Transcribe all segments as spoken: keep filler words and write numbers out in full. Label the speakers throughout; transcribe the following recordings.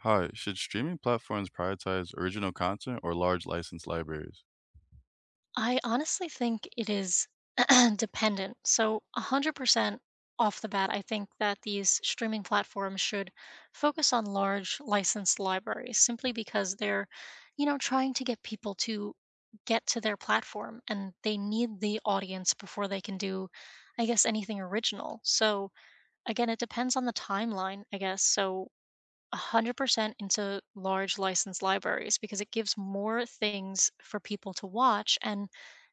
Speaker 1: Hi, should streaming platforms prioritize original content or large licensed libraries?
Speaker 2: I honestly think it is dependent. So, one hundred percent off the bat, I think that these streaming platforms should focus on large licensed libraries simply because they're, you know, trying to get people to get to their platform, and they need the audience before they can do, I guess, anything original. So, again, it depends on the timeline, I guess. So, one hundred percent into large licensed libraries because it gives more things for people to watch, and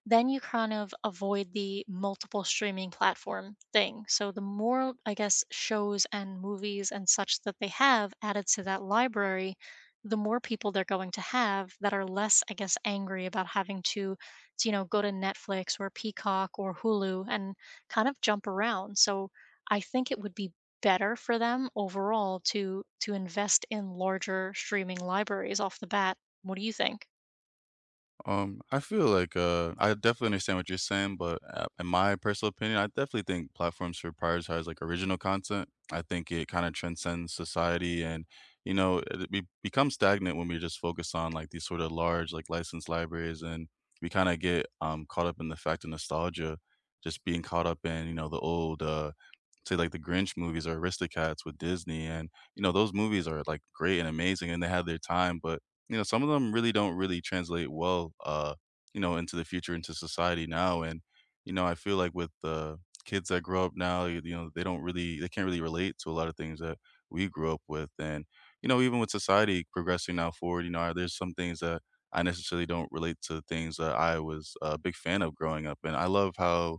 Speaker 2: then you kind of avoid the multiple streaming platform thing. So the more, I guess, shows and movies and such that they have added to that library, the more people they're going to have that are less, I guess, angry about having to to, you know go to Netflix or Peacock or Hulu and kind of jump around. So I think it would be better for them overall to to invest in larger streaming libraries off the bat. What do you think?
Speaker 1: Um, I feel like uh, I definitely understand what you're saying, but uh, in my personal opinion, I definitely think platforms should prioritize like original content. I think it kind of transcends society, and you know, it, we become stagnant when we just focus on like these sort of large like licensed libraries, and we kind of get um caught up in the fact of nostalgia, just being caught up in you know the old uh say like the Grinch movies or Aristocats with Disney, and you know those movies are like great and amazing, and they had their time, but you know some of them really don't really translate well, uh, you know, into the future, into society now, and you know I feel like with the kids that grow up now, you, you know, they don't really, they can't really relate to a lot of things that we grew up with, and you know even with society progressing now forward, you know, there's some things that I necessarily don't relate to things that I was a big fan of growing up, and I love how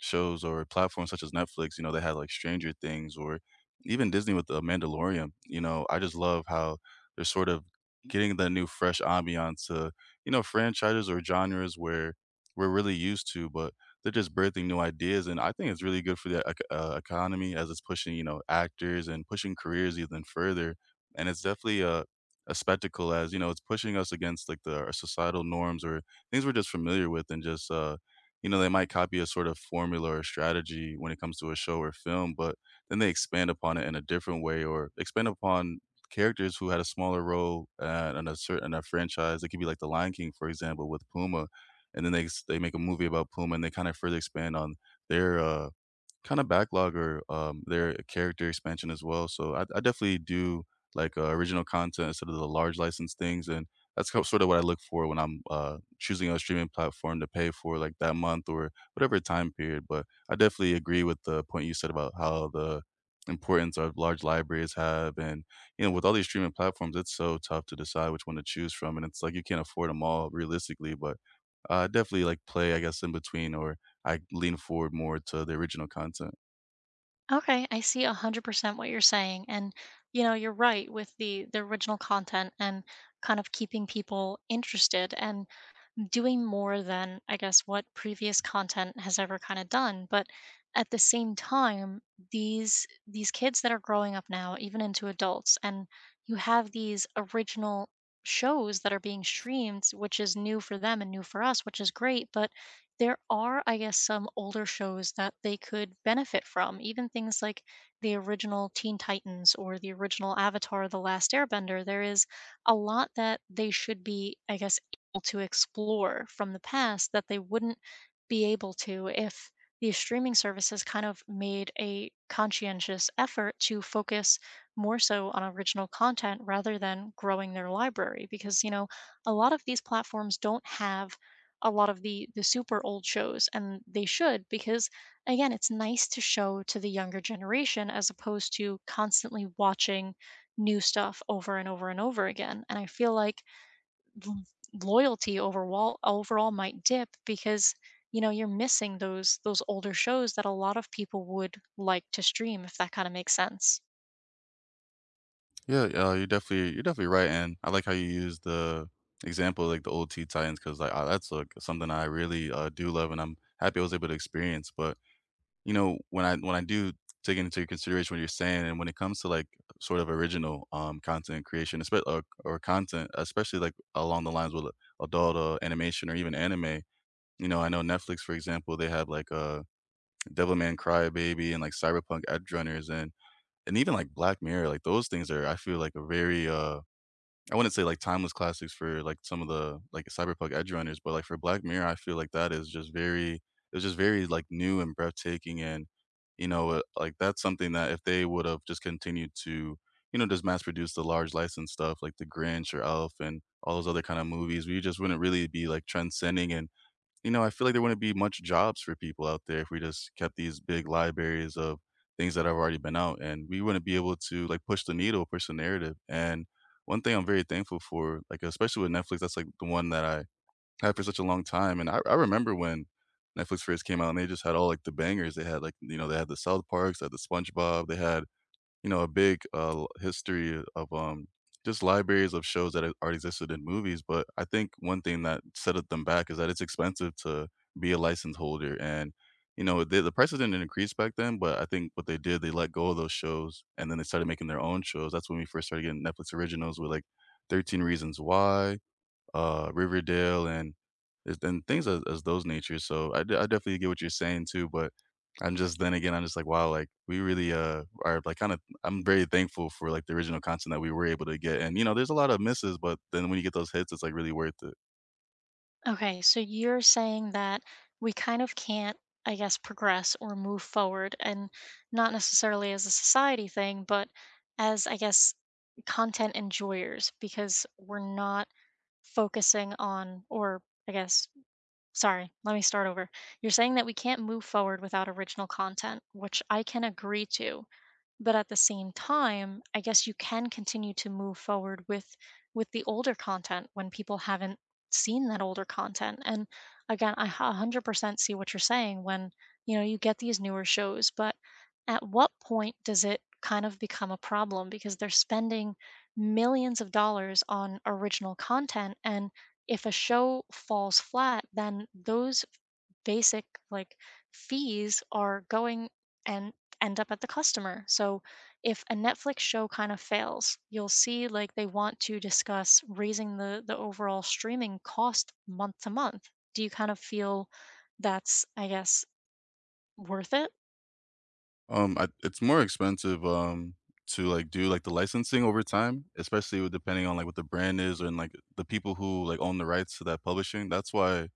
Speaker 1: shows or platforms such as Netflix, you know, they had like Stranger Things or even Disney with The Mandalorian. You know, I just love how they're sort of getting the new fresh ambiance to, you know, franchises or genres where we're really used to, but they're just birthing new ideas. And I think it's really good for the ec- uh, economy as it's pushing, you know, actors and pushing careers even further. And it's definitely a, a spectacle as, you know, it's pushing us against like the our societal norms or things we're just familiar with and just, uh, you know, they might copy a sort of formula or strategy when it comes to a show or film, but then they expand upon it in a different way or expand upon characters who had a smaller role uh, in a certain in a franchise. It could be like The Lion King, for example, with Puma, and then they s- they make a movie about Puma and they kind of further expand on their uh, kind of backlog or um, their character expansion as well. So I, I definitely do like uh, original content instead of the large license things, and that's sort of what I look for when I'm uh, choosing a streaming platform to pay for, like that month or whatever time period. But I definitely agree with the point you said about how the importance of large libraries have and you know with all these streaming platforms it's so tough to decide which one to choose from, and it's like like you can't afford them all realistically. But I definitely like play, I guess, in between or. I lean forward more to the original content.
Speaker 2: Okay, I see one hundred percent what you're saying, and you know, you're right with the the original content and kind of keeping people interested and doing more than, I guess, what previous content has ever kind of done. But at the same time, these these kids that are growing up now, even into adults, and you have these original shows that are being streamed, which is new for them and new for us, which is great. But there are, I guess, some older shows that they could benefit from, even things like the original Teen Titans or the original Avatar, The Last Airbender. There is a lot that they should be, I guess, to explore from the past that they wouldn't be able to if these streaming services kind of made a conscientious effort to focus more so on original content rather than growing their library, because you know, a lot of these platforms don't have a lot of the the super old shows, and they should, because again, it's nice to show to the younger generation as opposed to constantly watching new stuff over and over and over again. And I feel like l- loyalty overall overall might dip because you know, you're missing those those older shows that a lot of people would like to stream, if that kind of makes sense.
Speaker 1: Yeah, uh, you're definitely you're definitely right, and I like how you use the example like the old T Titans because like uh, that's like something I really uh, do love, and I'm happy I was able to experience. But you know, when I when I do take into consideration what you're saying, and when it comes to like sort of original um content creation, especially or, or content, especially like along the lines with uh, adult uh, animation or even anime. You know, I know Netflix, for example, they have like a uh, Devilman Crybaby and like Cyberpunk Edge and And even, like, Black Mirror, like, those things are, I feel like, a very, uh, I wouldn't say, like, timeless classics for, like, some of the, like, Cyberpunk Edge Runners, but, like, for Black Mirror, I feel like that is just very it was just very, like, new and breathtaking and, you know, uh, like, that's something that if they would've just continued to, you know, just mass produce the large license stuff like The Grinch or Elf and all those other kinda movies, we just wouldn't really be, like, transcending and you know, I feel like there wouldn't be much jobs for people out there if we just kept these big libraries of things that have already been out, and we wouldn't be able to, like, push the needle, push the narrative, and one thing I'm very thankful for, like, especially with Netflix, that's, like, the one that I had for such a long time, and I I remember when Netflix first came out and they just had all, like, the bangers. They had, like, you know, they had the South Parks, they had the SpongeBob, they had you know, a big, uh, history of, um, just libraries of shows that, uh, already existed in movies, but I think one thing that set it them back is that it's expensive to be a license holder, and, you know, the the prices didn't increase back then, but I think what they did, they let go of those shows, and then they started making their own shows. That's when we first started getting Netflix originals with, like, thirteen Reasons Why, uh, Riverdale and is and things as as those natures, so I de- I definitely get what you're saying too, but I'm just then again, I'm just like, "Wow," like, we really, uh, are, like, kinda I'm very thankful for, like, the original content that we were able to get, and, you know, there's a lot of misses, but then when you get those hits, it's, like, really worth it.
Speaker 2: Okay, so you're saying that we kind of can't, I guess, progress or move forward, and not necessarily as a society thing, but as, I guess, content enjoyers, because we're not focusing on, or I guess, Sorry, let me start over. You're saying that we can't move forward without original content, which I can agree to. But at the same time, I guess you can continue to move forward with with the older content when people haven't seen that older content. And again, I one hundred percent see what you're saying when, you know, you get these newer shows, but at what point does it kind of become a problem, because they're spending millions of dollars on original content, and if a show falls flat, then those basic, like, fees are going and end up at the customer. So if a Netflix show kind of fails, you'll see like they want to discuss raising the the overall streaming cost month to month. Do you kind of feel that's, I guess, worth it?
Speaker 1: Um, I it's more expensive, um, to, like, do, like, the licensing over time, especially with depending on, like, what the brand is and, like, the people who, like, own the rights to that publishing. That's why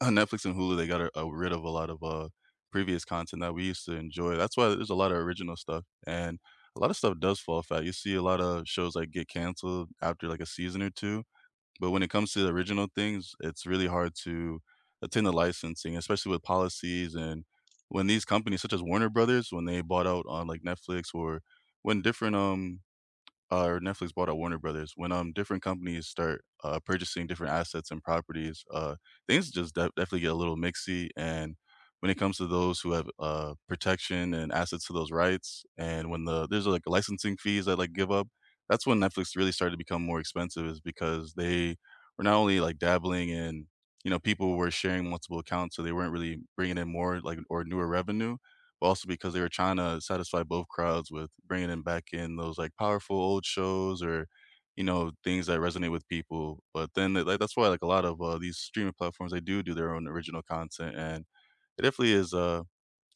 Speaker 1: on Netflix and Hulu, they got a a rid of a lot of, uh, previous content that we used to enjoy. That's why there's a lot of original stuff, and a lot of stuff does fall flat. You see a lot of shows, like, get canceled after, like, a season or two, but when it comes to the original things, it's really hard to attend the licensing, especially with policies and when these companies such as Warner Brothers, when they bought out on, like, Netflix or when different, um uh, or Netflix bought out Warner Brothers. When um different companies start uh, purchasing different assets and properties, uh, things just de- definitely get a little mixy. And when it comes to those who have uh, protection and access to those rights, and when the there's like licensing fees that like give up, that's when Netflix really started to become more expensive, is because they were not only like dabbling in you know people were sharing multiple accounts, so they weren't really bringing in more like or newer revenue, but also because they were trying to satisfy both crowds with bringing in back in those, like, powerful old shows or, you know, things that resonate with people, but then, th- like, that's why, like, a lot of, uh, these streaming platforms, they do do their own original content, and it definitely is, uh,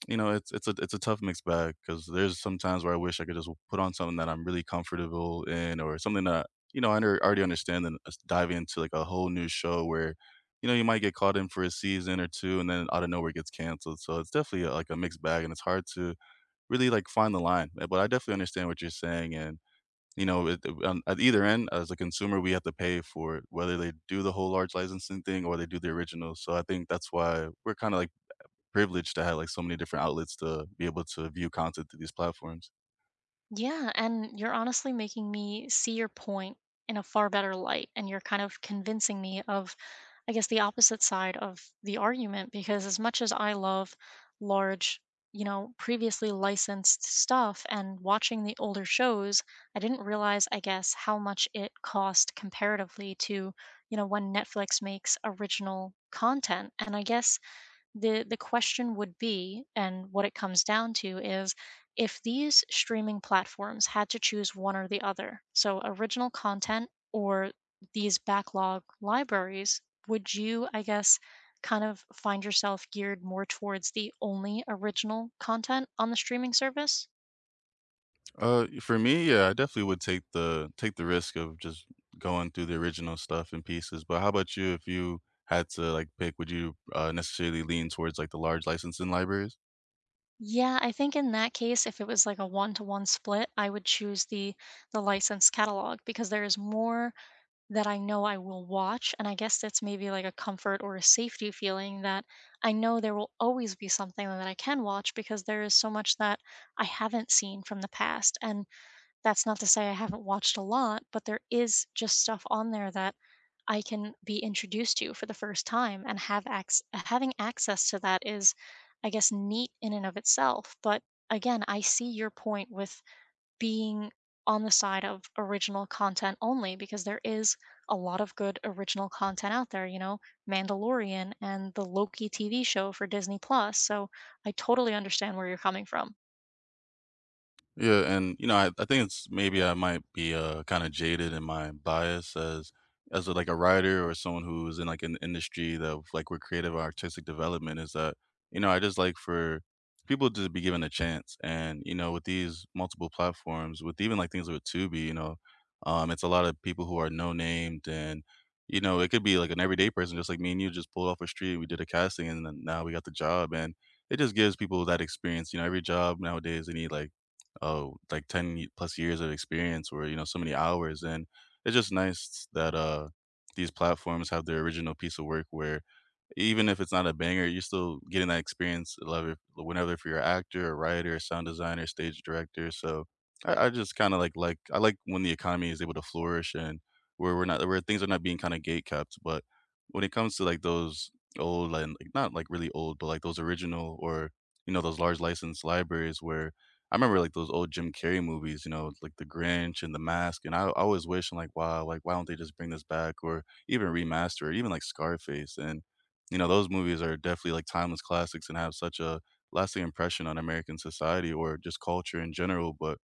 Speaker 1: you know, it's it's a it's a tough mixed bag, because there's some times where I wish I could just put on something that I'm really comfortable in or something that, you know, I under already understand and just dive into, like, a whole new show where, you know, you might get caught in for a season or two and then out of nowhere it gets canceled, so it's definitely, uh, like, a mixed bag, and it's hard to really like find the line. Uh, But I definitely understand what you're saying, and you know, it, on, at either end, as a consumer, we have to pay for it, whether they do the whole large licensing thing or they do the original. So I think that's why we're kind of like privileged to have like so many different outlets to be able to view content through these platforms.
Speaker 2: Yeah, and you're honestly making me see your point in a far better light. And you're kind of convincing me of, I guess, the opposite side of the argument. Because as much as I love large, you know, previously licensed stuff and watching the older shows, I didn't realize, I guess, how much it cost comparatively to, you know, when Netflix makes original content. And I guess the the question would be, and what it comes down to is, if these streaming platforms had to choose one or the other, so original content or these backlog libraries, would you, I guess, kind of find yourself geared more towards the only original content on the streaming service?
Speaker 1: Uh, for me, yeah, I definitely would take the take the risk of just going through the original stuff in pieces. But how about you? If you had to like pick, would you uh, necessarily lean towards like the large licensing libraries?
Speaker 2: Yeah, I think in that case, if it was like a one to one split, I would choose the the licensed catalog, because there is more that I know I will watch, and I guess that's maybe like a comfort or a safety feeling, that I know there will always be something that I can watch, because there is so much that I haven't seen from the past. And that's not to say I haven't watched a lot, but there is just stuff on there that I can be introduced to for the first time, and have ac- having access to that is, I guess, neat in and of itself. But again, I see your point with being on the side of original content only, because there is a lot of good original content out there, you know, Mandalorian and the Loki T V show for Disney Plus. So I totally understand where you're coming from.
Speaker 1: Yeah, and you know, I, I think it's maybe I might be uh kind of jaded in my bias as as a, like a writer or someone who's in like an industry that of, like where creative or artistic development is that you know I just like for people to be given a chance, and you know with these multiple platforms, with even like things with Tubi, you know, um, it's a lot of people who are no named, and you know it could be like an everyday person just like me and you just pulled off a street, we did a casting, and then now we got the job, and it just gives people that experience. You know, every job nowadays they need like oh, like ten ye- plus years of experience or, you know, so many hours. And it's just nice that uh, these platforms have their original piece of work where even if it's not a banger, you're still getting that experience lever whenever if you're a actor, a writer, sound designer, stage director, so I I just kinda like like I like when the economy is able to flourish and where we're not where things are not being kinda gatekept, but when it comes to, like, those old and like, not, like, really old, but, like, those original or, you know, those large licensed libraries where I remember, like, those old Jim Carrey movies, you know, like The Grinch and The Mask, and I I always wish, I'm like, "Wow, like, why don't they just bring this back or even remaster it?" Even, like, Scarface, and you know, those movies are definitely, like, timeless classics and have such a lasting impression on American society or just culture in general, but,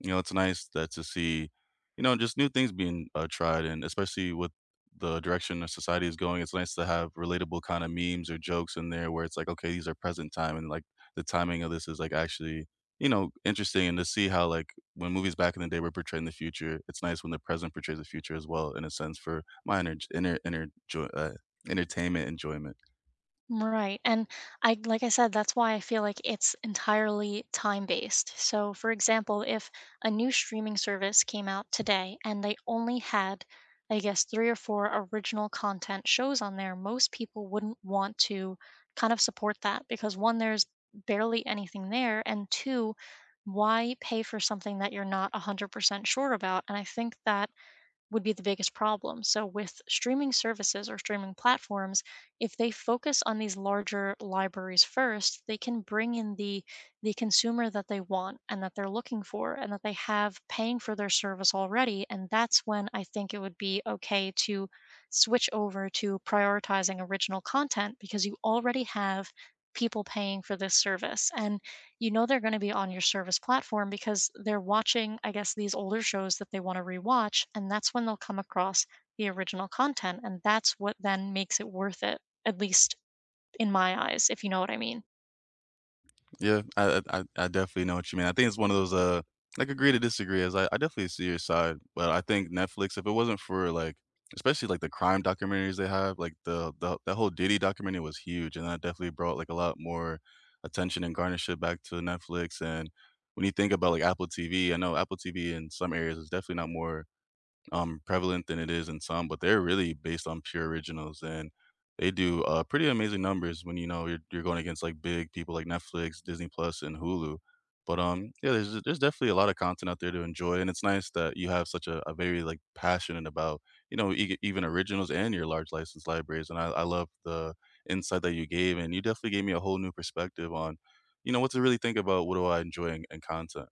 Speaker 1: you know, it's nice that to see, you know, just new things being, uh, tried, and especially with the direction of society is going, it's nice to have relatable kinda memes or jokes in there where it's like, "Okay, these are present time," and, like, the timing of this is, like, actually, you know, interesting, and to see how, like, when movies back in the day were portraying the future, it's nice when the present portrays the future as well in a sense for my energ inner inner joy uh, entertainment enjoyment.
Speaker 2: Right, and I like I said, that's why I feel like it's entirely time-based. So, for example, if a new streaming service came out today and they only had, I guess, three or four original content shows on there, most people wouldn't want to kind of support that, because one, there's barely anything there, and two, why pay for something that you're not one hundred percent sure about? And I think that would be the biggest problem. So, with streaming services or streaming platforms, if they focus on these larger libraries first, they can bring in the the consumer that they want and that they're looking for and that they have paying for their service already. And that's when I think it would be okay to switch over to prioritizing original content, because you already have people paying for this service. And you know, they're going to be on your service platform because they're watching, I guess, these older shows that they want to rewatch, and that's when they'll come across the original content, and that's what then makes it worth it, at least in my eyes, if you know what I mean.
Speaker 1: Yeah, I I I I definitely know what you mean. I think it's one of those uh like agree to disagree as I, I definitely see your side, but I think Netflix, if it wasn't for like especially like the crime documentaries they have, like the the that whole Diddy documentary was huge and that definitely brought like a lot more attention and garnership back to Netflix. And when you think about like Apple T V, I know Apple T V in some areas is definitely not more um, prevalent than it is in some, but they're really based on pure originals, and they do uh, pretty amazing numbers when you know you're, you're going against like big people like Netflix, Disney Plus, and Hulu. But um, yeah, there's there's definitely a lot of content out there to enjoy, and it's nice that you have such a, a very like passionate about you know e- even originals and your large license libraries. And I, I love the insight that you gave, and you definitely gave me a whole new perspective on you know what to really think about. What do I enjoy in, in content?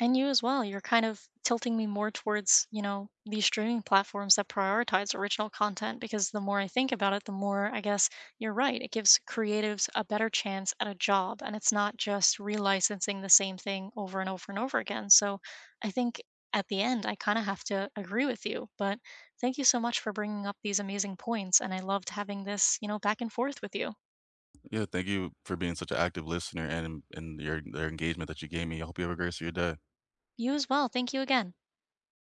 Speaker 2: And you as well. You're kind of tilting me more towards, you know, these streaming platforms that prioritize original content, because the more I think about it, the more, I guess, you're right. It gives creatives a better chance at a job, and it's not just relicensing the same thing over and over and over again. So I think at the end, I kind of have to agree with you. But thank you so much for bringing up these amazing points. And I loved having this, you know, back and forth with you.
Speaker 1: Yeah, thank you for being such an active listener and and your their engagement that you gave me. I hope you have a great rest of your day.
Speaker 2: You as well. Thank you again.